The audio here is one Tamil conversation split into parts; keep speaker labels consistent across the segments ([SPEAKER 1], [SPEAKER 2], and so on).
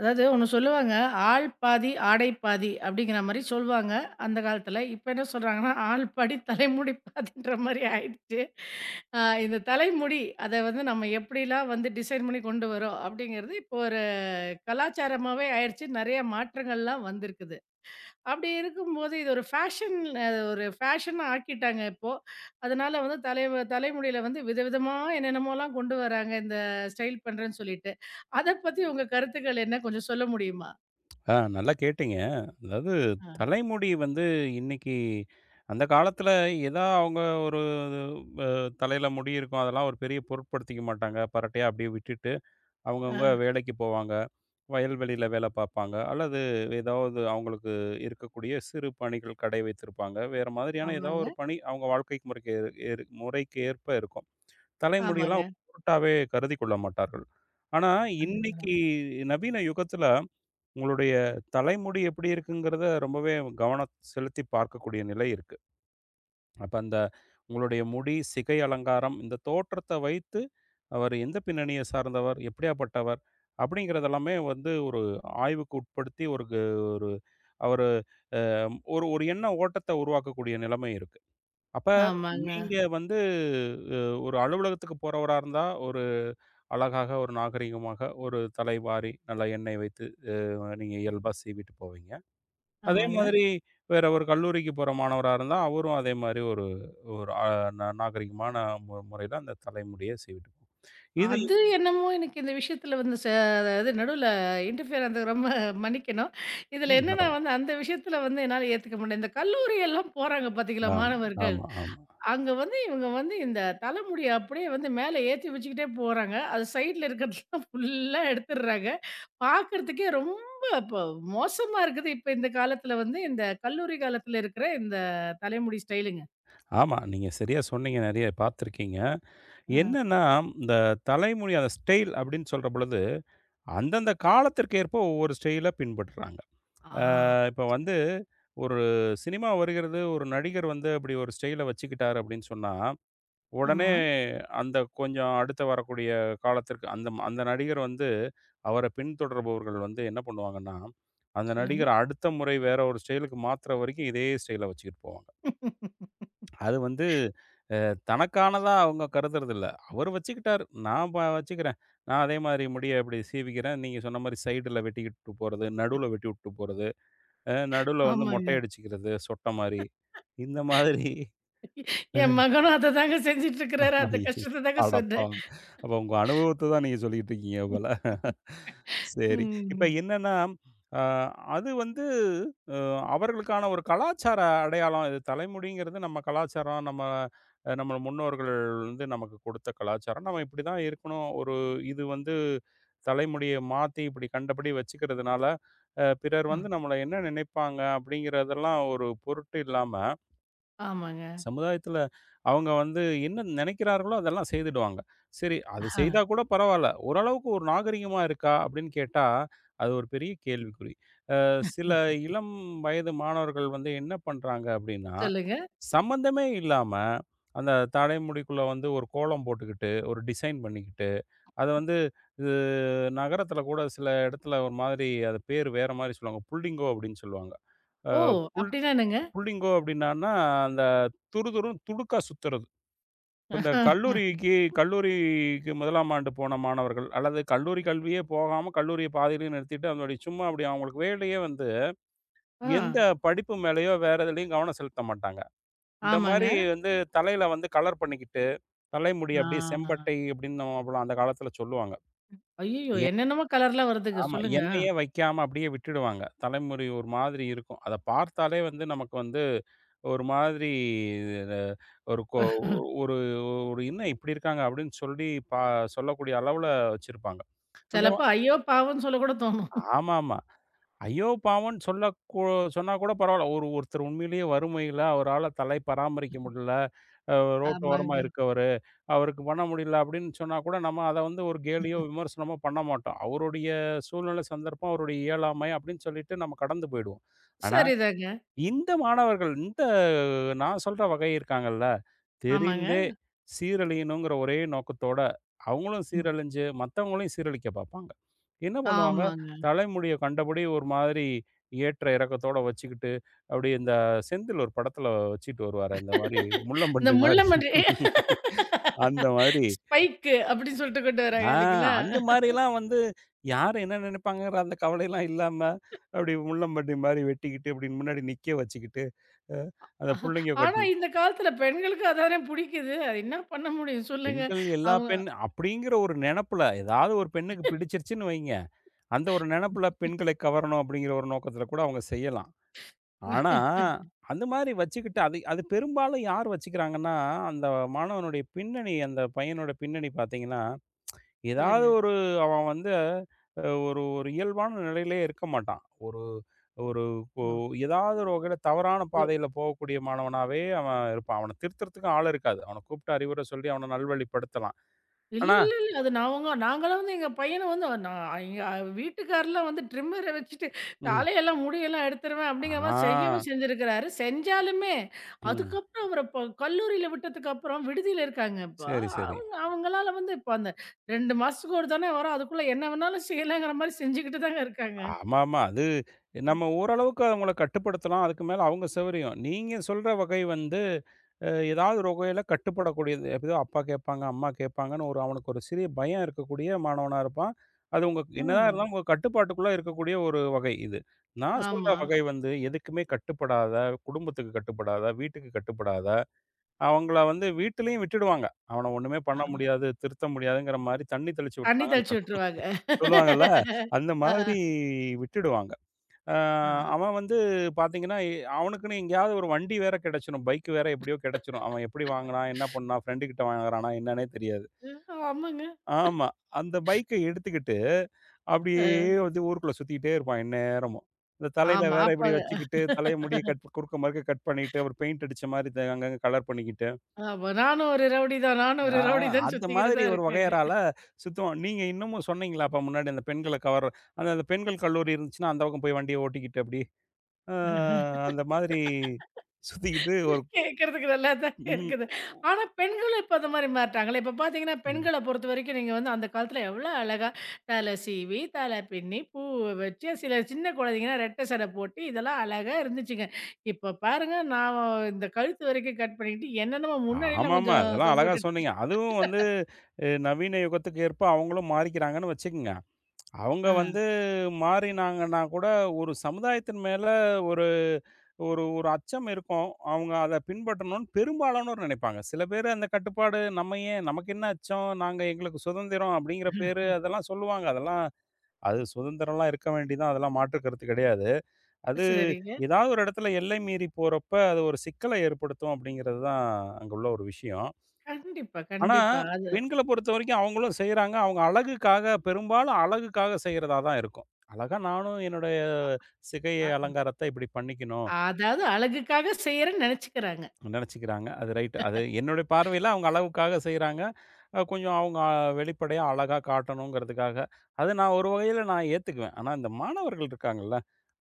[SPEAKER 1] அதாவது ஒண்ணு சொல்லுவாங்க, "ஆள் பாதி, ஆடை பாதி" அப்படிங்கிற மாரி சொல்வாங்க அந்த காலத்துல. இப்ப என்ன சொல்றாங்கன்னா, "ஆள் பாதி, தலைமுடி பாதின்ற" மாரி ஆயிடுச்சு. அ இந்த தலைமுடி அத வந்து நம்ம எப்படிலாம் வந்து டிசைன் பண்ணி கொண்டு வரோம் அப்படிங்கிறது இப்போ ஒரு கலாச்சாரமாவே ஆயிடுச்சு. நெறைய மாற்றங்கள்லாம் வந்திருக்குது. அப்படி இருக்கும்போது, இது ஒரு ஃபேஷன் ஒரு ஃபேஷனா ஆக்கிட்டாங்க இப்போ. அதனால வந்து தலைமுடியில வந்து விதவிதமா என்னென்னமோலாம் கொண்டு வராங்க. இந்த ஸ்டைல் பண்றேன்னு சொல்லிட்டு. அத பத்தி உங்க கருத்துக்கள் என்ன? கொஞ்சம் சொல்ல முடியுமா?
[SPEAKER 2] நல்லா கேட்டீங்க. அதாவது,
[SPEAKER 1] ஆ.
[SPEAKER 2] தலைமுடி வந்து இன்னைக்கு அந்த காலத்தில ஏதா அவங்க ஒரு அ தலையில முடி இருக்கும். அதெல்லாம் ஒரு பெரிய பொருட்படுத்திக்க மாட்டாங்க. பரட்டையா அப்படியே விட்டுட்டு
[SPEAKER 1] ஆ.
[SPEAKER 2] அவங்கவங்க வேலைக்கு போவாங்க. வயல்வெளியில வேலை பார்ப்பாங்க. அல்லது ஏதாவது அவங்களுக்கு இருக்கக்கூடிய சிறு பணிகள் கடை வைத்திருப்பாங்க. வேற மாதிரியான ஏதாவது
[SPEAKER 1] ஆமாங்க.
[SPEAKER 2] ஒரு பணி அவங்க வாழ்க்கை முறைக்கு முறைக்கு ஏற்ப இருக்கும். தலைமுடியெல்லாம்
[SPEAKER 1] ஆமாங்க.
[SPEAKER 2] பொருட்டாவே கருதிக் கொள்ள மாட்டார்கள். ஆனா,
[SPEAKER 1] அதுதான்.
[SPEAKER 2] இன்னைக்கு நவீன யுகத்தில உங்களுடைய தலைமுடி எப்படி இருக்குங்கிறத ரொம்பவே கவனம் செலுத்தி பார்க்கக்கூடிய நிலை இருக்கு. அப்ப அந்த உங்களுடைய முடி, சிகை அலங்காரம், இந்த தோற்றத்த வைத்து அவர் எந்த பின்னணியை சார்ந்தவர், எப்படியாப்பட்டவர் அப்படிங்கிறதெல்லாமே வந்து ஒரு ஆய்வுக்கு உட்படுத்தி ஒரு ஒரு அவரு அ ஒரு ஒரு எண்ண ஓட்டத்த உருவாக்கக்கூடிய நிலைமை இருக்கு. அப்ப
[SPEAKER 1] ஆமாங்க.
[SPEAKER 2] நீங்க வந்து அ ஒரு அலுவலகத்துக்கு போறவரா இருந்தா, ஒரு அழகாக, ஒரு நாகரிகமாக, ஒரு தலைவாரி நல்லா எண்ணெய் வைத்து நீங்க இயல்பா சீவிட்டு போவீங்க. அதே
[SPEAKER 1] ஆமாங்க.
[SPEAKER 2] மாதிரி வேற ஒரு கல்லூரிக்கு போற மாணவரா இருந்தா, அவரும் அதே மாரி ஒரு ஒரு நாகரீகமான முறையில அந்த தலைமுடிய சீவிட்டு இது.
[SPEAKER 1] அது என்னமோ எனக்கு இந்த விஷயத்துல வந்து அதாவது நடுவுல இன்டர்ஃபியர் அந்த ரொம்ப மன்னிக்கணும். இதுல
[SPEAKER 2] ம்.
[SPEAKER 1] என்னன்னா
[SPEAKER 2] பரவால்ல.
[SPEAKER 1] வந்து அந்த விஷயத்துல வந்து என்னால ஏத்துக்க முடியல. இந்த கல்லூரி எல்லாம் போறாங்க பாத்தீங்களா
[SPEAKER 2] ஆமா,
[SPEAKER 1] மாணவர்கள்.
[SPEAKER 2] ஆமா, ஆமா.
[SPEAKER 1] அங்க வந்து இவங்க வந்து இந்த தலைமுடிய அப்படியே வந்து மேல ஏத்தி வச்சுக்கிட்டே போறாங்க. அது சைட்ல இருக்கிறதெல்லாம் ஃபுல்லா எடுத்துடுறாங்க. பார்க்கறதுக்கே ரொம்ப இப்போ மோசமா இருக்குது. இப்ப இந்த காலத்துல வந்து இந்த கல்லூரி காலத்துல இருக்கிற இந்த தலைமுடி ஸ்டைலுங்க.
[SPEAKER 2] ஆமா, நீங்க சரியா சொன்னீங்க. நெறைய பார்த்துருக்கீங்க.
[SPEAKER 1] ஆஹா.
[SPEAKER 2] என்னன்னா, இந்த தலைமுடி அந்த ஸ்டைல் அப்படின்னு சொல்ற பொழுது, அந்தந்த காலத்திற்கு ஏற்ப ஒவ்வொரு ஸ்டைல பின்பற்றுறாங்க. அ
[SPEAKER 1] ஆ.
[SPEAKER 2] இப்ப வந்து ஒரு சினிமா வருகிறது, ஒரு நடிகர் வந்து அப்படி ஒரு ஸ்டைல வச்சுக்கிட்டாரு அப்படின்னு சொன்னா உடனே
[SPEAKER 1] ஆமா.
[SPEAKER 2] அந்த கொஞ்சம் அடுத்து வரக்கூடிய காலத்திற்கு அந்த அந்த நடிகர் வந்து அவர பின்தொடர்பவர்கள் வந்து என்ன பண்ணுவாங்கன்னா, அந்த
[SPEAKER 1] சொல்லுங்க.
[SPEAKER 2] நடிகர் அடுத்த முறை வேற ஒரு ஸ்டைலுக்கு மாத்துற வரைக்கும் இதே ஸ்டைல வச்சுக்கிட்டு போவாங்க. அது வந்து அ தனக்கானதா அவங்க கருதுறதில்ல. அவரு வச்சுக்கிட்டாரு. நான் வச்சுக்கிறேன். நான் அதே மாதிரி முடிய இப்படி சீவிக்கிறேன். நீங்க சொன்ன மாரி சைடுல வெட்டிக்கிட்டு போறது, நடுவுல வெட்டி விட்டு போறது, நடுவுல வந்து மொட்டை
[SPEAKER 1] ஆமாங்க.
[SPEAKER 2] அடிச்சுக்கிறது, சொட்ட மாரி. இந்த மாதிரி.
[SPEAKER 1] என் மகனும் அததாங்க செஞ்சுட்டு இருக்கிறாரு. அந்த
[SPEAKER 2] ஐயய்ய!
[SPEAKER 1] கஷ்டத்த தாங்க சொன்னேன்.
[SPEAKER 2] அடப்பாவி! அப்ப உங்க அனுபவத்த தான் நீங்க சொல்லிட்டு இருக்கீங்க போல. சரி. இப்ப
[SPEAKER 1] ம்.
[SPEAKER 2] என்னன்னா, அ அது வந்து அ அவர்களுக்கான ஒரு கலாச்சார அடையாளம். இது தலைமுடிங்கிறது நம்ம கலாச்சாரம், நம்ம நம்ம முன்னோர்கள் வந்து நமக்கு கொடுத்த கலாச்சாரம். நம்ம இப்படி தான் இருக்கணும். ஒரு இது வந்து தலைமுடிய மாத்தி இப்படி கண்டபடி வச்சுக்கிறதுனால, பிறர்
[SPEAKER 1] அ.
[SPEAKER 2] வந்து நம்மள என்ன நினைப்பாங்க அப்படிங்கிறதெல்லாம் ஒரு பொருட்டு இல்லாம
[SPEAKER 1] ஆமாங்க.
[SPEAKER 2] சமுதாயத்துல அவங்க வந்து என்ன நினைக்கிறார்களோ அதெல்லாம் செய்துடுவாங்க. சரி, அது
[SPEAKER 1] ஆஹா.
[SPEAKER 2] செய்தா கூட பரவால்ல. ஓரளவுக்கு ஒரு நாகரீகமா இருக்கா? அப்படின்னு கேட்டா, அது ஒரு பெரிய கேள்விக்குறி. அ சில இளம் வயது மாணவர்கள் வந்து என்ன பண்றாங்க அப்படின்னா,
[SPEAKER 1] சொல்லுங்க.
[SPEAKER 2] சம்மந்தமே இல்லாம அந்த தடை முடிக்குள்ள வந்து ஒரு கோலம் போட்டுக்கிட்டு, ஒரு டிசைன் பண்ணிக்கிட்டு, அத வந்து இது நகரத்துல கூட சில இடத்துல ஒரு மாதிரி அது பேரு வேற மாரி சொல்லுவாங்க. புல்டிங்கோ அப்படின்னு சொல்லுவாங்க. அ
[SPEAKER 1] ஓ!
[SPEAKER 2] புல்
[SPEAKER 1] அப்படின்னா என்னங்க?
[SPEAKER 2] புள்ளிங்கோ அப்படின்னான்னா, அந்த துருதுருன்னு துடுக்கா சுத்துறது. இப்ப இந்த
[SPEAKER 1] ஆஹா,
[SPEAKER 2] கல்லூரிக்கு கல்லூரிக்கு 1ஆம் ஆண்டு போன மாணவர்கள், அல்லது கல்லூரி கல்வியே போகாம கல்லூரிய பாதியிலேயே நிறுத்திட்டு, அதனுடைய சும்மா அப்படி அவங்களுக்கு வேலையே வந்து,
[SPEAKER 1] ஆ.
[SPEAKER 2] எந்த படிப்பு மேலயோ, வேற எதுலயும் கவனம் செலுத்த மாட்டாங்க. இந்த
[SPEAKER 1] ஆமாங்க.
[SPEAKER 2] மாரி வந்து தலையில வந்து கலர் பண்ணிக்கிட்டு, தலைமுடி அப்படியே
[SPEAKER 1] ஆ.
[SPEAKER 2] செம்பட்டை அப்படின்னு நம்ம அப்பலாம் அந்த காலத்தில சொல்லுவாங்க.
[SPEAKER 1] ஐயய்யோ!
[SPEAKER 2] எ
[SPEAKER 1] என்னென்னமோ கலர்லாம் வருதுங்க.
[SPEAKER 2] ஆமா.
[SPEAKER 1] சொல்லுங்க.
[SPEAKER 2] எண்ணெயே வைக்காம அப்படியே விட்டுடுவாங்க. தலைமுடி ஒரு மாதிரி இருக்கும். அத பார்த்தாலே வந்து நமக்கு வந்து ஒரு மாதிரி அ ஒரு கொ ஒரு ஒரு "என்ன இப்படி இருக்காங்க?" அப்படின்னு சொல்லி பா சொல்லக்கூடிய அளவுல வச்சிருப்பாங்க. அந்த
[SPEAKER 1] சிலப்போ ஐயோ! பாவம்ன்னு சொல்ல கூட தோணும்.
[SPEAKER 2] ஆமாமா. "ஐயோ பாவம்ன்னு" சொல்ல கூ சொன்னா கூட பரவால்ல. ஒருத்தர் உண்மையிலேயே வறுமையில அவரால தலை பராமரிக்க முடியல, அ ரோட்டு ஓரமா
[SPEAKER 1] ஆமாங்க.
[SPEAKER 2] இருக்கவரு, அவருக்கு பண்ண முடியல அப்படின்னு சொன்னா கூட நம்ம அத வந்து ஒரு கேலியோ, விமர்சனமோ பண்ண மாட்டோம். அவருடைய சூழ்நிலை, சந்தர்ப்பம், அவருடைய இயலாமை அப்படின்னு சொல்லிட்டு நம்ம கடந்து போயிடுவோம். ஆனா,
[SPEAKER 1] சரிதாங்க.
[SPEAKER 2] இந்த மாணவர்கள் இந்த நான் சொல்ற வகை இருக்காங்கல்ல,
[SPEAKER 1] ஆமாங்க.
[SPEAKER 2] தெரிந்தே சீரழியணுங்கிற ஒரே நோக்கத்தோட, அவங்களும்
[SPEAKER 1] ம்.
[SPEAKER 2] சீரழிஞ்சு, மத்தவங்களையும் சீரழிக்க பார்ப்பாங்க. என்ன பண்ணுவாங்க,
[SPEAKER 1] ஆமாங்க.
[SPEAKER 2] தலைமுடிய கண்டபடி ஒரு மாதிரி ஏற்ற இறக்கத்தோட வச்சுக்கிட்டு, அப்படியே இந்த செந்தில் ஒரு படத்துல வச்சுட்டு வருவாரே, இந்த மாரி
[SPEAKER 1] இந்த
[SPEAKER 2] முள்ளம்பன்றி மாரி.
[SPEAKER 1] முள்ளமல்லி
[SPEAKER 2] அந்த மாரி.
[SPEAKER 1] ஸ்பைக்கு அப்படின்னு சொல்லிட்டு கொண்டு வராங்க
[SPEAKER 2] ஆ
[SPEAKER 1] இல்லைங்களா?
[SPEAKER 2] அந்த மாரிலாம் வந்து யார் என்ன நெனைப்பாங்கங்கிற அந்த கவலைலாம் இல்லாம, அப்படி முள்ளம்பன்றி மாரி வெட்டிக்கிட்டு, இப்படி முன்னாடி நிக்க வச்சுக்கிட்டு, அ அந்த புள்ளைங்க
[SPEAKER 1] ஆனா
[SPEAKER 2] கட்டி.
[SPEAKER 1] இந்த காலத்துல பெண்களுக்கு அதானே புடிக்குது. அது என்ன பண்ண முடியும் சொல்லுங்க.
[SPEAKER 2] பெண்கள் எல்லா
[SPEAKER 1] அவங்க
[SPEAKER 2] பெண் அப்படிங்கிற ஒரு நெனப்புல, ஏதாவது ஒரு பெண்ணுக்கு பிடிச்சிருச்சுன்னு வைங்க, அந்த ஒரு நெனப்புல பெண்களை கவரணும் அப்படிங்கிற ஒரு நோக்கத்துல கூட அவங்க செய்யலாம். ஆனா, அந்த மாரி வச்சுக்கிட்டு அது அது பெரும்பாலும் யார் வச்சுக்கிறாங்கன்னா, அந்த மாணவனுடைய பின்னணி, அந்த பையனோட பின்னணி பார்த்தீங்கன்னா, ஏதாவது
[SPEAKER 1] சொல்லுங்க.
[SPEAKER 2] ஒரு அவன் வந்து ஒரு ஒரு இயல்பான நிலையிலே இருக்க மாட்டான். ஒரு ஒரு ஒ ஏதாவது ஒரு வகையில தவறான
[SPEAKER 1] ஓ.
[SPEAKER 2] பாதையில போகக்கூடிய மாணவனாவே அவன் இருப்பான். அவன திருத்துறதுக்கும் ஆள் இருக்காது. அவன கூப்பிட்டு அறிவுரை சொல்லி அவன நல்வழிப்படுத்தலாம்.
[SPEAKER 1] இல்ல,
[SPEAKER 2] ஆனா
[SPEAKER 1] இல்ல, இல்ல. அது நான் அவங்க நாங்கலாம் வந்து எங்க பையன வந்து நான் எங்க வீட்டுக்கார்லாம் வந்து ட்ரிம்மர வச்சுட்டு
[SPEAKER 2] ம்.
[SPEAKER 1] தலையெல்லாம் முடியெல்லாம் எடுத்துருவேன் அப்படிங்கிற மாரி
[SPEAKER 2] ஆ.
[SPEAKER 1] செய்யவும் செஞ்சிருக்கிறாரு. செஞ்சாலுமே
[SPEAKER 2] ம்.
[SPEAKER 1] அதுக்கப்புறம் அவர இப்ப கல்லூரியில விட்டதுக்கப்புறம் விடுதியில இருக்காங்க இப்ப.
[SPEAKER 2] சரி, சரி.
[SPEAKER 1] அவங்க அவங்களால வந்து இப்ப அந்த 2 மாசத்துக்கு ஒரு தானே வரோம். அதுக்குள்ள என்ன வேணாலும் செய்யலாங்கிற மாரி செஞ்சுக்கிட்டு தாங்க இருக்காங்க.
[SPEAKER 2] ஆமாமா. அது நம்ம ஓரளவுக்கு அவங்கள கட்டுப்படுத்தலாம். அதுக்கு மேல அவங்க சௌகரியம். நீங்க சொல்ற வகை வந்து ஏதாவது ஒரு வகையில கட்டுப்படக்கூடியது. எப்படியோ அப்பா கேட்பாங்க, அம்மா கேட்பாங்கன்னு ஒரு அவனுக்கு ஒரு சிறிய பயம் இருக்கக்கூடிய மாணவனா இருப்பான். அது உங்க என்னதான்
[SPEAKER 1] ம்.
[SPEAKER 2] இருந்தாலும் உங்க கட்டுப்பாட்டுக்குள்ள இருக்கக்கூடிய ஒரு வகை இது. நான் சொல்ற
[SPEAKER 1] ஆமா.
[SPEAKER 2] வகை வந்து எதுக்குமே கட்டுப்படாத, குடும்பத்துக்கு கட்டுப்படாத, வீட்டுக்கு கட்டுப்படாத, அவங்கள வந்து வீட்டிலயும் விட்டுடுவாங்க. அவன ஒண்ணுமே
[SPEAKER 1] ஆ.
[SPEAKER 2] பண்ண முடியாது, திருத்த முடியாதுங்கிற மாரி தண்ணி தெளிச்சு
[SPEAKER 1] தண்ணி
[SPEAKER 2] விட்டாங்கன்னு
[SPEAKER 1] தெளிச்சு விட்டுருவாங்க.
[SPEAKER 2] சொல்லுவாங்கல்ல, அந்த மாதிரி
[SPEAKER 1] ஆ.
[SPEAKER 2] விட்டுடுவாங்க. அ
[SPEAKER 1] ஆ.
[SPEAKER 2] அவன் வந்து பார்த்தீங்கன்னா, அவனுக்குன்னு எங்கேயாவது ஒரு வண்டி வேற கிடைச்சிரும். பைக் வேற எப்படியோ கிடைச்சிரும். அவன் எப்படி வாங்குனான்? என்ன பண்ணான்? ஃப்ரெண்டு கிட்ட வாங்குறானா? என்னன்னே தெரியாது.
[SPEAKER 1] ஆமாங்க.
[SPEAKER 2] ஆமா. அந்த பைக்க எடுத்துக்கிட்டு, அப்படியே
[SPEAKER 1] அ.
[SPEAKER 2] வந்து ஊருக்குள்ள சுத்திக்கிட்டே இருப்பான் எந்நேரமும். இந்த தலையில
[SPEAKER 1] ஆமா.
[SPEAKER 2] வேற
[SPEAKER 1] அப்ப
[SPEAKER 2] இப்படி வச்சுக்கிட்டு, தலைய முடிய கட் குறுக்க மறுக்க கட் பண்ணிட்டு, ஒரு பெயிண்ட் அடிச்ச மாரி அங்கங்க கலர் பண்ணிக்கிட்டு
[SPEAKER 1] ஆமா. நானும் ஒரு ரவுடி தான், நானும் ஒரு
[SPEAKER 2] ஆ
[SPEAKER 1] ரவுடி தான்
[SPEAKER 2] அந்த
[SPEAKER 1] சுத்திக்கிட்டு
[SPEAKER 2] மாதிரி
[SPEAKER 1] தான்
[SPEAKER 2] ஒரு
[SPEAKER 1] இருக்காங்க.
[SPEAKER 2] வகையறால சுத்துவோம். நீங்க இன்னமும் சொன்னீங்களா அப்ப முன்னாடி அந்த அந்த பெண்கள் கல்லூரி இருந்துச்சுன்னா, அந்த பக்கம் போய் வண்டிய ஓட்டிக்கிட்டு அப்படி, அ அந்த மாதிரி சுத்திக்கிட்டு ஒரு.
[SPEAKER 1] கேட்கறதுக்கு நல்லா தான்
[SPEAKER 2] ம்,
[SPEAKER 1] இருக்குது. ஆனா பெண்களும் இப்ப அந்த மாரி மாறிட்டாங்களே. இப்ப பார்த்தீங்கன்னா,
[SPEAKER 2] ம்.
[SPEAKER 1] பெண்கள பொறுத்தவரைக்கும் நீங்க வந்து அந்த காலத்துல எவ்வளோ அழகா தலை சீவி, தலை பின்னி, பூவ வச்சு, சில சின்ன குழந்தைங்கன்னா ரெட்டை சடை போட்டு இதெல்லாம் அழகா இருந்துச்சுங்க. இப்ப பாருங்க நான் இந்த கழுத்து வரைக்கும் கட் பண்ணிக்கிட்டு என்னென்னமோ முன்னாடிலாம்
[SPEAKER 2] ஆமாமா.
[SPEAKER 1] கொஞ்சம்
[SPEAKER 2] அதெல்லாம்
[SPEAKER 1] தொங்க
[SPEAKER 2] அழகா
[SPEAKER 1] விட்டுட்டு
[SPEAKER 2] சொன்னீங்க. அதுவும் வந்து நவீன யுகத்துக்கு ஏற்ப அவங்களும் மாறிக்கிறாங்கன்னு வச்சுக்கங்க. அவங்க
[SPEAKER 1] ஆ
[SPEAKER 2] வந்து மாறினாங்கன்னா கூட, ஒரு சமுதாயத்தின் மேல ஒரு ஒரு ஒரு அச்சம் இருக்கும். அவங்க அத பின்பற்றணும்னு பெரும்பாலானோர் நினைப்பாங்க. சில பேரு அந்த கட்டுப்பாடு நம்ம ஏன்? நமக்கு என்ன அச்சம்? நாங்க எங்களுக்கு சுதந்திரம் அப்படிங்கிற பேரு அதெல்லாம் சொல்லுவாங்க. அதெல்லாம் அது சுதந்திரம்லாம் இருக்க வேண்டியதுதான். அதெல்லாம் மாற்று கருத்து கிடையாது. அது
[SPEAKER 1] சரிங்க.
[SPEAKER 2] ஏதாவது ஒரு இடத்துல எல்லை மீறி போறப்ப, அது ஒரு சிக்கலை ஏற்படுத்தும் அப்படிங்கிறது தான் அங்க உள்ள ஒரு விஷயம்.
[SPEAKER 1] கண்டிப்பா,
[SPEAKER 2] ஆனா,
[SPEAKER 1] கண்டிப்பா. அது
[SPEAKER 2] பெண்கள பொறுத்தவரைக்கும் அவங்களும் செய்றாங்க. அவங்க அழகுக்காக பெரும்பாலும் அழகுக்காக செய்றதா தான் இருக்கும். அழகா நானும் என்னுடைய சிகை
[SPEAKER 1] அ
[SPEAKER 2] அலங்காரத்த இப்படி பண்ணிக்கணும்.
[SPEAKER 1] அதாவது அழகுக்காக செய்றேன்னு நெனச்சுக்கிறாங்க.
[SPEAKER 2] நினச்சுக்கிறாங்க. அது ரைட். அது என்னுடைய பார்வையில அவங்க அழகுக்காக செய்றாங்க. கொஞ்சம் அவங்க வெளிப்படையா அழகா காட்டணுங்கிறதுக்காக. அது நான் ஒரு வகையில நான் ஏத்துக்குவேன். ஆனா இந்த மாணவர்கள் இருக்காங்கல்ல,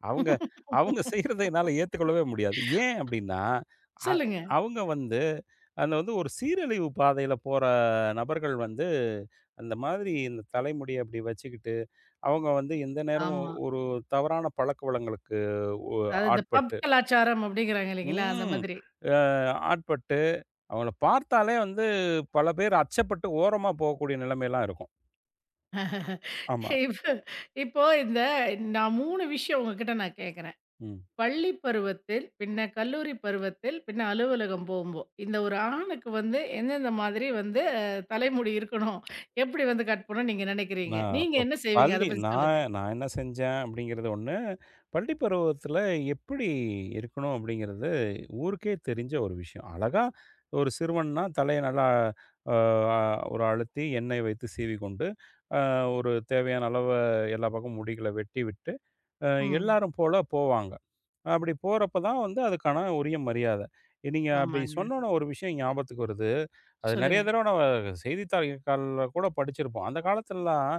[SPEAKER 2] அவங்க அவங்க செய்றத என்னால ஏத்துக்கொள்ளவே முடியாது. ஏன் அப்டின்னா, அ
[SPEAKER 1] சொல்லுங்க.
[SPEAKER 2] அவங்க வந்து அந்த வந்து ஒரு சீரழிவு பாதையில போற நபர்கள் வந்து, அந்த மாதிரி இந்த தலைமுடிய இப்டி வச்சுக்கிட்டு, அவங்க வந்து எந்த நேரமும்
[SPEAKER 1] ஆமா.
[SPEAKER 2] ஒரு தவறான பழக்கவழங்களுக்கு ஒ
[SPEAKER 1] அதாவது இந்த பப்
[SPEAKER 2] ஆட்பட்டு
[SPEAKER 1] கலாச்சாரம் அப்படிங்கிறாங்க இல்லைங்களா? அந்த
[SPEAKER 2] ம்.
[SPEAKER 1] மாதிரி.
[SPEAKER 2] அ ஆட்பட்டு அவங்கள பார்த்தாலே வந்து பல பேர் அச்சப்பட்டு ஓரமா போகக்கூடிய நிலைமைலாம் இருக்கும். ஆமா.
[SPEAKER 1] இப்ப இப்போ இந்த நான் 3 விஷயம் உங்ககிட்ட நான் கேட்கிறேன்.
[SPEAKER 2] ம்.
[SPEAKER 1] பள்ளி பருவத்தில், பின்ன கல்லூரி பருவத்தில், பின்ன அலுவலகம் போம்போ. இந்த ஒரு ஆணுக்கு வந்து எந்தெந்த மாதிரி வந்து தலைமுடி இருக்கணும்? எப்படி வந்து கட் பண்ணணும்னு நீங்க நினைக்கிறீங்க?
[SPEAKER 2] நான்
[SPEAKER 1] நீங்க
[SPEAKER 2] இப்ப
[SPEAKER 1] என்ன செய்வீங்க? அத
[SPEAKER 2] பள்ளி
[SPEAKER 1] பத்தி
[SPEAKER 2] நான்
[SPEAKER 1] சொல்லுங்க.
[SPEAKER 2] நான் என்ன செஞ்சேன் அப்படிங்கிறது ஒண்ணு. பள்ளி பருவத்தில எப்படி இருக்கணும் அப்படிங்கிறது ஊருக்கே தெரிஞ்ச ஒரு விஷயம். அழகா ஒரு சிறுவன்னா தலைய நல்லா அ ஒரு அழுத்தி எண்ணெய் வைத்து சீவிக்கொண்டு, அ ஒரு தேவையான அளவு எல்லா பக்கமும் முடிகள வெட்டிவிட்டு, அ
[SPEAKER 1] ம்.
[SPEAKER 2] எல்லாரும் போல போவாங்க. அப்படி போறப்ப தான் வந்து அதுக்கான உரிய மரியாத. நீங்க அப்படி
[SPEAKER 1] ஆமாங்க.
[SPEAKER 2] சொன்னோன ஒரு விஷயம் ஞாபகத்துக்கு வருது. அது நெறைய
[SPEAKER 1] சொல்லுங்க.
[SPEAKER 2] தடவ நம்ம செய்தித்தாள்கள்ல கூட படிச்சிருப்போம். அந்த காலத்துலலாம்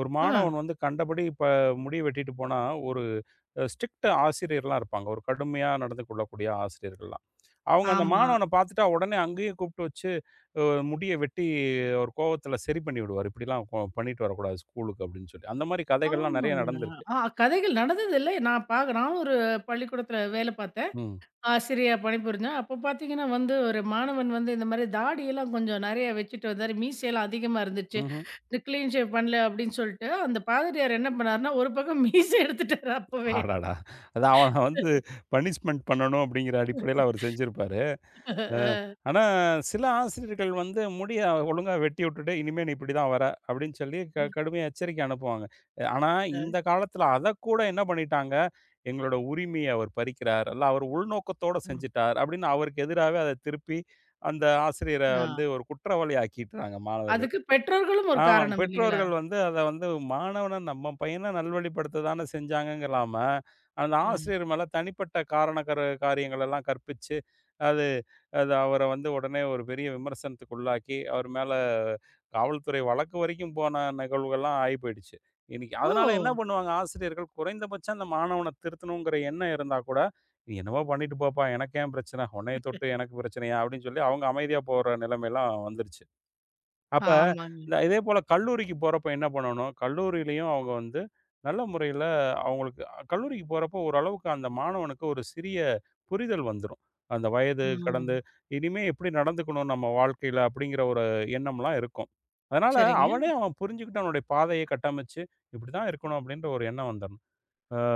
[SPEAKER 2] ஒரு
[SPEAKER 1] ஆ.
[SPEAKER 2] மாணவன் வந்து கண்டபடி இப்ப முடிய வெட்டிட்டு போனா, ஒரு ஸ்ட்ரிக்ட் ஆசிரியர்லாம் இருப்பாங்க. ஒரு கடுமையா நடந்து கொள்ளக்கூடிய ஆசிரியர்கள்லாம். அவங்க அந்த
[SPEAKER 1] ஆமா.
[SPEAKER 2] மாணவன பார்த்துட்டா உடனே அங்கேயே கூப்பிட்டு வச்சு, அ முடிய வெட்டி ஒரு கோவத்தில சரி பண்ணி விடுவாரு. இப்படிலாம் பண்ணிட்டு வரக்கூடாது ஸ்கூலுக்கு அப்படின்னு சொல்லி. அந்த மாரி கதைகள்லாம் நெறைய
[SPEAKER 1] ஆமாங்க.
[SPEAKER 2] நடந்திருக்கு.
[SPEAKER 1] ஆ கதைகள் நடந்தது இல்ல. நான் பாக்க நான் ஒரு பள்ளிக்கூடத்துல வேலை பார்த்தேன்.
[SPEAKER 2] ம்.
[SPEAKER 1] ஆசிரியா பணிபுரிஞ்சேன். அப்போ பார்த்தீங்கன்னா வந்து, ஒரு மாணவன் வந்து இந்த மாரி தாடியெல்லாம் கொஞ்சம் நெறைய வச்சுட்டு வந்தாரு. மீசையெல்லாம் அதிகமா இருந்துச்சு.
[SPEAKER 2] ம்ஹ்ம்.
[SPEAKER 1] இந்த கிளீன் ஷேவ் பண்ணல அப்படின்னு சொல்லிட்டு, அந்த பாதிரியார் என்ன பண்ணாருன்னா, ஒரு பக்கம் மீச எடுத்துட்டாரு அப்பவே.
[SPEAKER 2] அடடா! அது அவன வந்து பனிஷ்மென்ட் பண்ணணும் அப்படிங்கிற அடிப்படையில அவர் செஞ்சிருப்பாரு. அ, ஆனா சில ஆசிரியர்கள் வந்து முடிய ஒழுங்கா வெட்டி விட்டுட்டு, "இனிமே நீ இப்படிதான் வர" அப்படின்னு சொல்லி
[SPEAKER 1] ம்.
[SPEAKER 2] கடுமையா எச்சரிக்கை அனுப்புவாங்க. ஆனா இந்த காலத்தில அதக்கூட என்ன பண்ணிட்டாங்க, "எங்களோட உரிமைய அவர் பறிக்கிறார், அல்ல அவர் உள்நோக்கத்தோட செஞ்சுட்டார்" அப்படின்னு அவருக்கு எதிராவே அத திருப்பி அந்த ஆசிரியர
[SPEAKER 1] ஆ.
[SPEAKER 2] வந்து ஒரு குற்றவாளி ஆக்கிட்றாங்க மாணவர்கள்.
[SPEAKER 1] அதுக்கு பெற்றோர்களும் ஒரு
[SPEAKER 2] ஆமா.
[SPEAKER 1] காரணம் இல்லைங்களா?
[SPEAKER 2] பெற்றோர்கள் வந்து அத வந்து மாணவன நம்ம பையன நல்வழிப்படுத்த தான செஞ்சாங்கங்கலாம, அந்த
[SPEAKER 1] ம்.
[SPEAKER 2] ஆசிரியர் மேல தனிப்பட்ட காரண காரியங்கள் எல்லாம் கற்பிச்சு, அது அது அவர வந்து உடனே ஒரு பெரிய விமர்சனத்துக்கு உள்ளாக்கி, அவர் மேல காவல்துறை வழக்கு வரைக்கும் போன நிகழ்வுகள்லாம் ஆயி போயிடுச்சு. இன்னைக்கு
[SPEAKER 1] ஓ!
[SPEAKER 2] அதனால என்ன பண்ணுவாங்க ஆசிரியர்கள், குறைந்தபட்சம் அந்த மாணவன திருத்தணுங்கிற எண்ணம் இருந்தா கூட, "நீ என்னவோ பண்ணிட்டு போப்பா! எனக்கு ஏன் பிரச்சன? உன்னைய தொட்டு எனக்கு பிரச்சனையா?" அப்படின்னு சொல்லி அவங்க அமைதியா போற நிலைமைலாம் வந்துருச்சு. அப்ப
[SPEAKER 1] ஆமாங்க.
[SPEAKER 2] இந்த இதேபோல கல்லூரிக்கு போறப்ப என்ன பண்ணணும், கல்லூரியிலயும் அவங்க வந்து நல்ல முறையில அவங்களுக்கு அ, கல்லூரிக்கு போறப்போ ஓரளவுக்கு அந்த மாணவனுக்கு ஒரு சிறிய புரிதல் வந்துரும். அந்த வயது கடந்து,
[SPEAKER 1] ம்.
[SPEAKER 2] இனிமே எப்படி நடந்துக்கணும் நம்ம வாழ்க்கையில அப்படிங்கிற ஒரு எண்ணம்லாம் இருக்கும். அதனால
[SPEAKER 1] சரிங்க.
[SPEAKER 2] அவனே அவன் புரிஞ்சுக்கிட்டு அவனுடைய பாதைய கட்டமைச்சு, இப்படிதான் இருக்கணும் அப்படின்ற ஒரு எண்ணம் வந்துரணும்.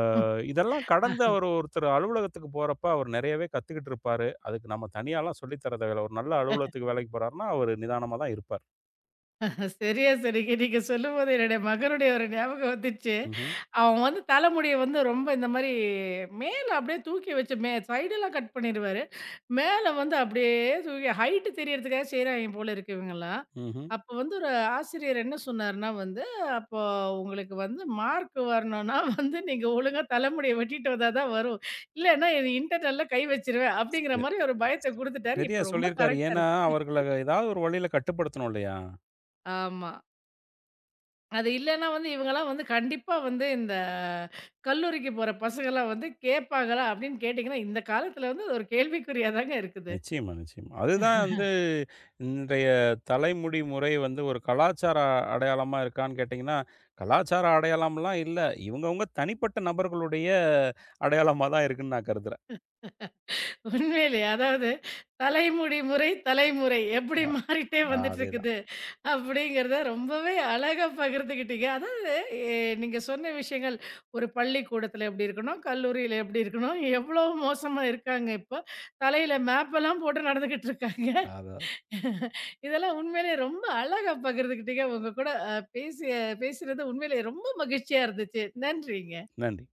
[SPEAKER 2] இதெல்லாம் கடந்து
[SPEAKER 1] ம்.
[SPEAKER 2] அவர் ஒருத்தர் அலுவலகத்துக்கு போறப்ப அவர் நெறையவே கத்துக்கிட்டு இருப்பாரு. அதுக்கு நம்ம தனியாலாம் சொல்லி தர தேவையில்ல. ஒரு நல்ல அலுவலகத்துக்கு வேலைக்கு போறாருன்னா, அவரு நிதானமா தான் இருப்பார்.
[SPEAKER 1] சரியா சரிங்க. நீங்க சொல்லும்போது என்னுடைய மகனுடைய ஒரு ஞாபகம் வந்துச்சு.
[SPEAKER 2] ம்ஹ்ம்.
[SPEAKER 1] அவன் வந்து தலைமுடிய வந்து ரொம்ப இந்த மாரி மேல அப்படியே தூக்கி வச்சு சைடெல்லாம் கட் பண்ணிருவாரு. மேல வந்து அப்படியே தூக்கி ஹைட் தெரியறதுக்காக செய்றாய்ங்க போல இருக்கு இவங்கலாம்.
[SPEAKER 2] ம்ஹ்ம்.
[SPEAKER 1] அப்போ வந்து ஒரு ஆசிரியர் என்ன சொன்னாருன்னா வந்து, "அப்போ உங்களுக்கு வந்து மார்க் வரணும்னா வந்து நீங்க ஒழுங்கா தலைமுடிய வெட்டிட்டு வந்தா தான் வரும். இல்லன்னா இது இன்டர்னல்ல கை வச்சுருவேன்." அப்படிங்கிற
[SPEAKER 2] ச
[SPEAKER 1] மாரி ஒரு பயத்த குடுத்துட்டாரு.
[SPEAKER 2] சரியா
[SPEAKER 1] இப்ப ரொம்ப
[SPEAKER 2] சொல்லியிருக்காரு.
[SPEAKER 1] கரெக்ட்டா
[SPEAKER 2] ஏன்னா,
[SPEAKER 1] இருக்கு.
[SPEAKER 2] அவர்கள ஏதாவது ஒரு வழியில கட்டுப்படுத்தணும் இல்லையா?
[SPEAKER 1] ஆமா. அது இல்லன்னா வந்து இவங்கலாம் வந்து கண்டிப்பா வந்து இந்த கல்லூரிக்கு போற பசங்கலாம் வந்து கேட்பாங்களா அப்படின்னு கேட்டிங்கன்னா, இந்த காலத்துல வந்து அது ஒரு கேள்விக்குறியா தாங்க இருக்குது.
[SPEAKER 2] நிச்சயமா, நிச்சயமா. அதுதான் வந்து இன்றைய தலைமுடி முறை வந்து ஒரு கலாச்சார அடையாளமா இருக்கான்னு கேட்டிங்கன்னா, கலாச்சார அடையாளம்லாம் இல்ல. இவங்கவங்க தனிப்பட்ட நபர்களுடைய அடையாளமா தான் இருக்குன்னு நான் கருதுறேன்.
[SPEAKER 1] உண்மையிலேயே அதாவது தலைமுடி முறை, தலைமுறை எப்படி மாறிட்டே
[SPEAKER 2] அ
[SPEAKER 1] வந்துட்டு
[SPEAKER 2] அதேதான்.
[SPEAKER 1] இருக்குது அப்படிங்கிறத ரொம்பவே அழகா பகிர்ந்துக்கிட்டீங்க. அதாவது நீங்க சொன்ன விஷயங்கள் ஒரு பள்ளிக்கூடத்துல எப்படி இருக்கணும், கல்லூரியில எப்படி இருக்கணும், எவ்வளோ மோசமா இருக்காங்க இப்போ. தலையில மேப்பெல்லாம் போட்டு நடந்துகிட்டு இருக்காங்க.
[SPEAKER 2] அதான்.
[SPEAKER 1] இதெல்லாம் உண்மையிலேயே ரொம்ப அழகா பகிர்ந்துக்கிட்டீங்க. உங்க கூட அ பேசுனது உண்மையிலேயே ரொம்ப மகிழ்ச்சியா இருந்துச்சு. நன்றிங்க.
[SPEAKER 2] நன்றி.